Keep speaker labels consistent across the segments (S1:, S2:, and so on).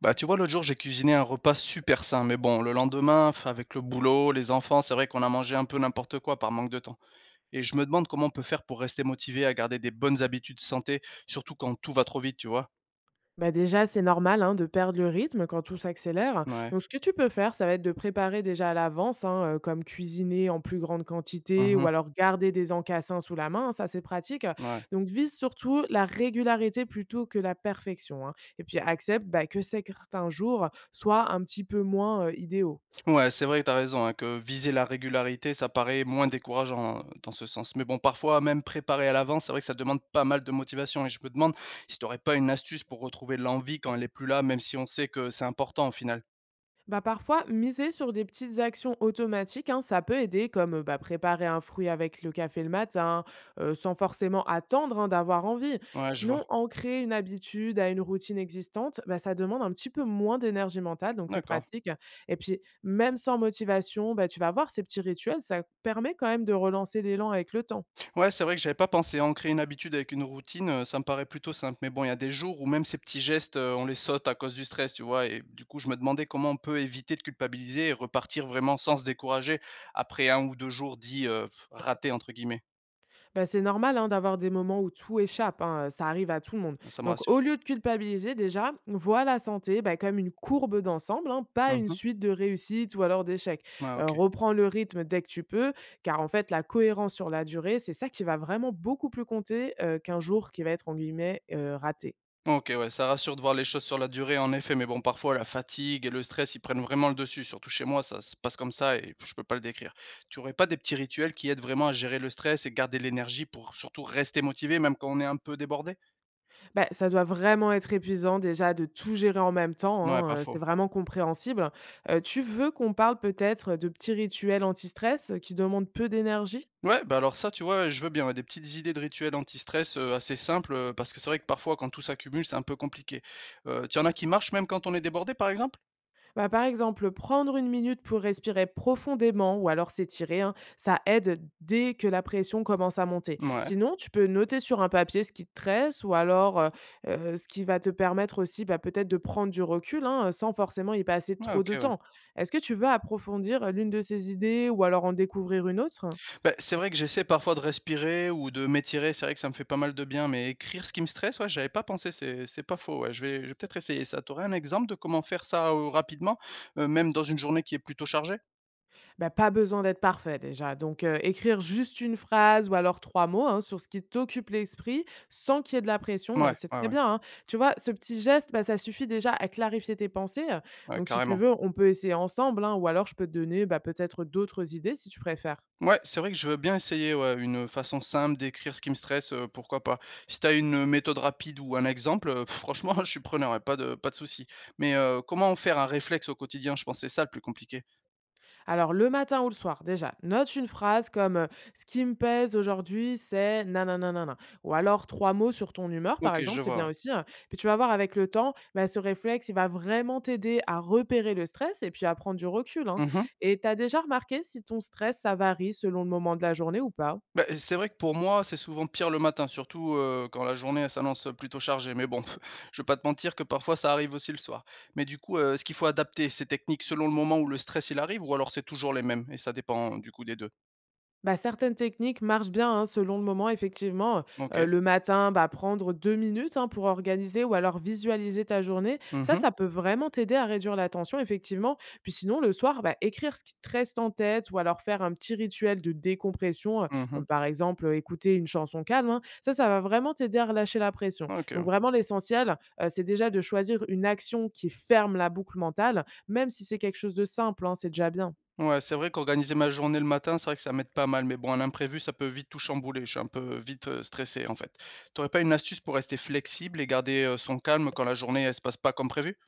S1: Bah, tu vois, l'autre jour, j'ai cuisiné un repas super sain, mais bon, le lendemain, avec le boulot, les enfants, c'est vrai qu'on a mangé un peu n'importe quoi par manque de temps. Et je me demande comment on peut faire pour rester motivé à garder des bonnes habitudes santé, surtout quand tout va trop vite, tu vois.
S2: Bah déjà, c'est normal, hein, de perdre le rythme quand tout s'accélère.
S1: Ouais.
S2: Donc, ce que tu peux faire, ça va être de préparer déjà à l'avance, hein, comme cuisiner en plus grande quantité ou
S1: Mhm.
S2: alors garder des encassins sous la main, hein, ça, c'est pratique.
S1: Ouais.
S2: Donc, vise surtout la régularité plutôt que la perfection, hein. Et puis, accepte, bah, que certains jours soient un petit peu moins idéaux.
S1: Ouais, c'est vrai que t'as raison, hein, que viser la régularité, ça paraît moins décourageant dans ce sens. Mais bon, parfois, même préparer à l'avance, c'est vrai que ça demande pas mal de motivation. Et je me demande si t'aurais pas une astuce pour retrouver l'envie quand elle est plus là, même si on sait que c'est important au final.
S2: Bah, parfois, miser sur des petites actions automatiques, hein, ça peut aider, comme bah, préparer un fruit avec le café le matin, sans forcément attendre, hein, d'avoir envie.
S1: Ouais, je vois.
S2: Sinon, ancrer une habitude à une routine existante, bah, ça demande un petit peu moins d'énergie mentale, donc c'est
S1: D'accord.
S2: pratique. Et puis, même sans motivation, bah, tu vas voir, ces petits rituels, ça permet quand même de relancer l'élan avec le temps.
S1: Ouais, c'est vrai que j'avais pas pensé. Ancrer une habitude avec une routine, ça me paraît plutôt simple. Mais bon, il y a des jours où même ces petits gestes, on les saute à cause du stress, tu vois? Et du coup, je me demandais comment on peut éviter de culpabiliser et repartir vraiment sans se décourager après un ou 2 jours dits, «ratés» entre guillemets.
S2: Bah, c'est normal, hein, d'avoir des moments où tout échappe, hein, ça arrive à tout le monde.
S1: Ça me
S2: Donc,
S1: rassure.
S2: au lieu de culpabiliser déjà, vois la santé, bah, comme une courbe d'ensemble, hein, pas une
S1: Mmh.
S2: suite de réussites ou alors d'échecs.
S1: Ouais, OK.
S2: Reprends le rythme dès que tu peux, car en fait la cohérence sur la durée, c'est ça qui va vraiment beaucoup plus compter qu'un jour qui va être en guillemets raté.
S1: OK, ouais, ça rassure de voir les choses sur la durée, en effet, mais bon, parfois la fatigue et le stress, ils prennent vraiment le dessus. Surtout chez moi, ça se passe comme ça et je peux pas le décrire. Tu aurais pas des petits rituels qui aident vraiment à gérer le stress et garder de l'énergie pour surtout rester motivé, même quand on est un peu débordé?
S2: Bah, ça doit vraiment être épuisant déjà de tout gérer en même temps,
S1: Ouais, pas
S2: hein,
S1: faux.
S2: c'est vraiment compréhensible. Tu veux qu'on parle peut-être de petits rituels anti-stress qui demandent peu d'énergie?
S1: Ouais, bah alors ça, tu vois, je veux bien, ouais, des petites idées de rituels anti-stress assez simples, parce que c'est vrai que parfois, quand tout s'accumule, c'est un peu compliqué. Tu en as qui marchent même quand on est débordé, par exemple?
S2: Bah, par exemple, prendre 1 minute pour respirer profondément ou alors s'étirer, hein, ça aide dès que la pression commence à monter.
S1: Ouais,
S2: Sinon, tu peux noter sur un papier ce qui te stresse ou alors ce qui va te permettre aussi, bah, peut-être de prendre du recul, hein, sans forcément y passer
S1: ouais,
S2: trop
S1: OK,
S2: de
S1: ouais.
S2: temps. Est-ce que tu veux approfondir l'une de ces idées ou alors en découvrir une autre?
S1: Bah, c'est vrai que j'essaie parfois de respirer ou de m'étirer, c'est vrai que ça me fait pas mal de bien, mais écrire ce qui me stresse, ouais, j'avais pas pensé, c'est pas faux, ouais. Je vais peut-être essayer ça. T'aurais un exemple de comment faire ça, rapidement, même dans une journée qui est plutôt chargée?
S2: Bah, pas besoin d'être parfait déjà. Donc, écrire juste une phrase ou alors 3 mots, hein, sur ce qui t'occupe l'esprit, sans qu'il y ait de la pression,
S1: Ouais,
S2: c'est
S1: ouais,
S2: très
S1: ouais,
S2: bien, hein. Tu vois, ce petit geste, bah, ça suffit déjà à clarifier tes pensées,
S1: ouais,
S2: donc si tu
S1: carrément.
S2: veux, on peut essayer ensemble, hein, ou alors je peux te donner, bah, peut-être d'autres idées si tu préfères.
S1: Ouais, c'est vrai que je veux bien essayer, ouais, une, façon simple d'écrire ce qui me stresse, pourquoi pas. Si t'as une, méthode rapide ou un exemple, franchement, je suis preneur, ouais, pas de souci. Mais, comment en faire un réflexe au quotidien? Je pense que c'est ça le plus compliqué.
S2: Alors le matin ou le soir, déjà, note une phrase comme «Ce qui me pèse aujourd'hui, c'est nanananana». Ou alors 3 mots sur ton humeur, par
S1: OK,
S2: exemple,
S1: je
S2: c'est
S1: vois,
S2: bien
S1: ouais.
S2: aussi, hein. Puis tu vas voir avec le temps, bah, ce réflexe, il va vraiment t'aider à repérer le stress et puis à prendre du recul, hein.
S1: Mmh.
S2: Et tu as déjà remarqué si ton stress, ça varie selon le moment de la journée ou pas?
S1: Bah, c'est vrai que pour moi, c'est souvent pire le matin, surtout, quand la journée elle s'annonce, plutôt chargée. Mais bon, je vais pas te mentir que parfois ça arrive aussi le soir. Mais du coup, est-ce qu'il faut adapter ces techniques selon le moment où le stress il arrive ou alors c'est toujours les mêmes et ça dépend du coup des deux.
S2: Bah, certaines techniques marchent bien, hein, selon le moment, effectivement.
S1: OK.
S2: Le matin, bah, prendre 2 minutes, hein, pour organiser ou alors visualiser ta journée.
S1: Mmh
S2: Ça,
S1: mh.
S2: ça peut vraiment t'aider à réduire la tension, effectivement. Puis sinon, le soir, bah, écrire ce qui te reste en tête ou alors faire un petit rituel de décompression,
S1: Mmh.
S2: comme par exemple écouter une chanson calme, hein. Ça va vraiment t'aider à relâcher la pression.
S1: OK,
S2: Donc
S1: ouais.
S2: vraiment, l'essentiel, c'est déjà de choisir une action qui ferme la boucle mentale, même si c'est quelque chose de simple, hein, c'est déjà bien.
S1: Ouais, c'est vrai qu'organiser ma journée le matin, c'est vrai que ça m'aide pas mal. Mais bon, un imprévu, ça peut vite tout chambouler. Je suis un peu vite, stressé en fait. T'aurais pas une astuce pour rester flexible et garder, son calme quand la journée elle se passe pas comme prévu?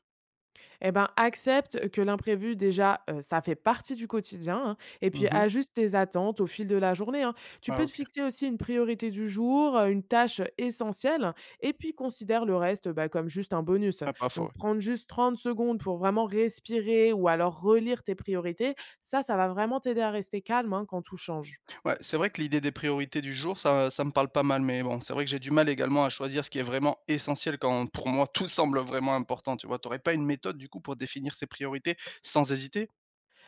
S2: Eh ben, accepte que l'imprévu, déjà, ça fait partie du quotidien, hein, et puis
S1: Mmh.
S2: ajuste tes attentes au fil de la journée, hein. Tu
S1: Ah
S2: peux te
S1: OK.
S2: fixer aussi une priorité du jour, une tâche essentielle, et puis considère le reste, bah, comme juste un bonus.
S1: Ah, pas faux, ouais.
S2: Donc prendre juste 30 secondes pour vraiment respirer ou alors relire tes priorités, ça va vraiment t'aider à rester calme, hein, quand tout change.
S1: Ouais, c'est vrai que l'idée des priorités du jour, ça me parle pas mal, mais bon, c'est vrai que j'ai du mal également à choisir ce qui est vraiment essentiel quand, pour moi, tout semble vraiment important, tu vois? T'aurais pas une méthode, du coup, pour définir ses priorités sans hésiter?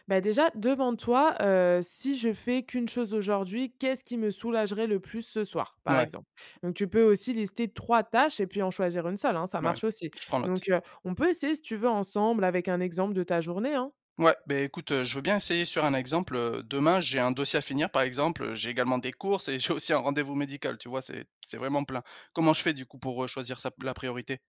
S2: Bah, déjà, demande-toi, si je fais qu'une chose aujourd'hui, qu'est-ce qui me soulagerait le plus ce soir, par
S1: Ouais,
S2: exemple? Donc tu peux aussi lister 3 tâches et puis en choisir une seule, hein, ça
S1: ouais,
S2: marche aussi.
S1: je prends note.
S2: Donc, on peut essayer si tu veux ensemble avec un exemple de ta journée, hein.
S1: Ouais, ben écoute, je veux bien essayer sur un exemple, demain, j'ai un dossier à finir, par exemple, j'ai également des courses et j'ai aussi un rendez-vous médical, tu vois? C'est vraiment plein. Comment je fais, du coup, pour, choisir sa la priorité?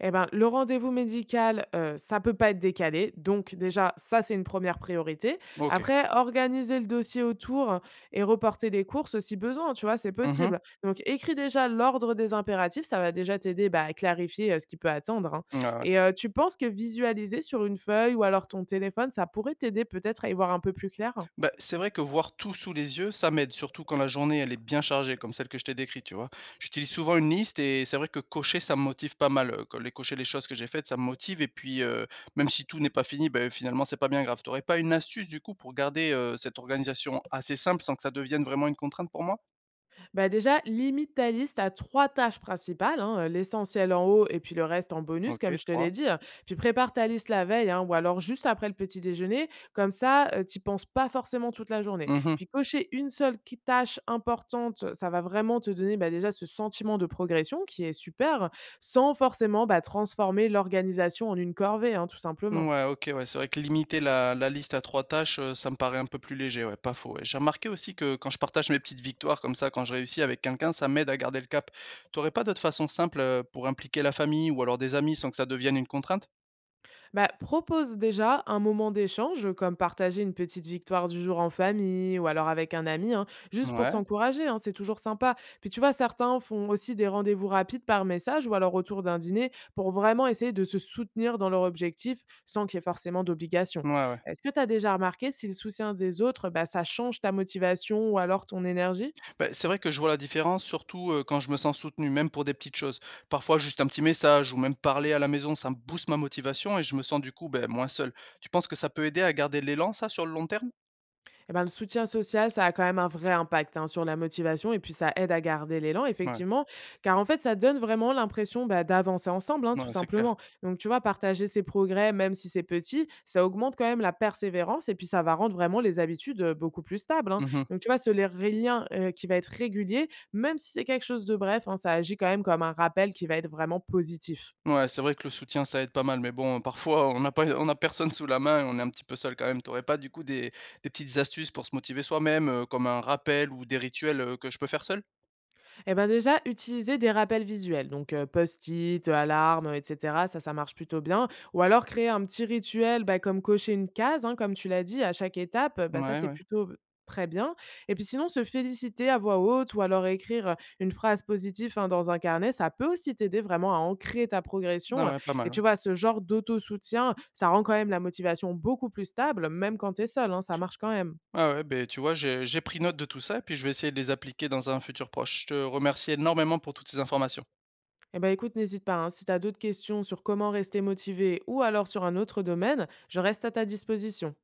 S2: Eh ben, le rendez-vous médical, ça peut pas être décalé, donc déjà, ça, c'est une première priorité.
S1: OK.
S2: Après, organiser le dossier autour et reporter les courses si besoin, tu vois? C'est
S1: Mmh mh.
S2: possible. Donc écris déjà l'ordre des impératifs, ça va déjà t'aider, bah, à clarifier, ce qui peut attendre, hein.
S1: Ouais, ouais.
S2: Et tu penses que visualiser sur une feuille ou alors ton téléphone, ça pourrait t'aider peut-être à y voir un peu plus clair?
S1: Bah, c'est vrai que voir tout sous les yeux, ça m'aide, surtout quand la journée elle est bien chargée, comme celle que je t'ai décrite, tu vois? J'utilise souvent une liste et c'est vrai que cocher, ça me motive pas mal, co les cocher les choses que j'ai faites, ça me motive et puis, même si tout n'est pas fini, beh, finalement, c'est pas bien grave. T'aurais pas une astuce, du coup, pour garder, cette organisation assez simple, sans que ça devienne vraiment une contrainte pour moi?
S2: Bah déjà, limite ta liste à trois tâches principales, hein, l'essentiel en haut et puis le reste en bonus, comme
S1: OK,
S2: je te l'ai
S1: 3.
S2: dit, hein. Puis prépare ta liste la veille, hein, ou alors juste après le petit déjeuner. Comme ça, tu n'y penses pas forcément toute la journée. Puis cocher une seule tâche importante, ça va vraiment te donner, bah, déjà ce sentiment de progression qui est super, sans forcément, bah, transformer l'organisation en une corvée, hein, tout simplement.
S1: Ouais, OK, ouais, c'est vrai que limiter la liste à 3 tâches, ça me paraît un peu plus léger, ouais, pas faux, ouais. J'ai remarqué aussi que quand je partage mes petites victoires comme ça, quand je réussis avec quelqu'un, ça m'aide à garder le cap. T'aurais pas d'autres façons simples, pour impliquer la famille ou alors des amis sans que ça devienne une contrainte?
S2: Bah, propose déjà un moment d'échange, comme partager une petite victoire du jour en famille ou alors avec un ami, hein, juste pour
S1: Ouais,
S2: s'encourager, hein, c'est toujours sympa. Puis tu vois, certains font aussi des rendez-vous rapides par message ou alors autour d'un dîner pour vraiment essayer de se soutenir dans leur objectif sans qu'il y ait forcément d'obligation.
S1: ouais, ouais.
S2: Est-ce que tu as déjà remarqué si le soutien des autres, bah, ça change ta motivation ou alors ton énergie?
S1: Bah, c'est vrai que je vois la différence, surtout, quand je me sens soutenu, même pour des petites choses. Parfois juste un petit message ou même parler à la maison, ça me booste ma motivation et je me sens du coup, beh, moins seul. Tu penses que ça peut aider à garder l'élan ça sur le long terme?
S2: Eh ben, le soutien social, ça a quand même un vrai impact, hein, sur la motivation et puis ça aide à garder l'élan,
S1: Ouais,
S2: effectivement, car en fait, ça donne vraiment l'impression, bah, d'avancer ensemble, hein, tout
S1: ouais, c'est clair.
S2: simplement. Donc tu vois, partager ses progrès, même si c'est petit, ça augmente quand même la persévérance et puis ça va rendre vraiment les habitudes, beaucoup plus stables, hein.
S1: Mmh.
S2: Donc tu vois, ce les lien, qui va être régulier, même si c'est quelque chose de bref, hein, ça agit quand même comme un rappel qui va être vraiment positif.
S1: Ouais, c'est vrai que le soutien, ça aide pas mal, mais bon, parfois, on n'a personne sous la main et on est un petit peu seul quand même. T'aurais pas du coup des petites astuces pour se motiver soi-même, comme un rappel ou des rituels, que je peux faire seul?
S2: Eh ben déjà, utiliser des rappels visuels, donc post-it, alarme, etc. Ça marche plutôt bien. Ou alors créer un petit rituel, bah, comme cocher une case, hein, comme tu l'as dit, à chaque étape. Bah, ça,
S1: Ouais,
S2: c'est
S1: ouais.
S2: plutôt très bien. Et puis sinon, se féliciter à voix haute ou alors écrire une phrase positive, hein, dans un carnet, ça peut aussi t'aider vraiment à ancrer ta
S1: Ah
S2: progression.
S1: ouais, pas mal,
S2: Et
S1: ouais.
S2: tu vois, ce genre d'auto-soutien, ça rend quand même la motivation beaucoup plus stable, même quand tu es seul, hein, ça marche quand même.
S1: Ah ouais, ben tu vois, j'ai pris note de tout ça et puis je vais essayer de les appliquer dans un futur proche. Je te remercie énormément pour toutes ces informations.
S2: Eh ben, écoute, n'hésite pas, hein, si tu as d'autres questions sur comment rester motivé ou alors sur un autre domaine, je reste à ta disposition.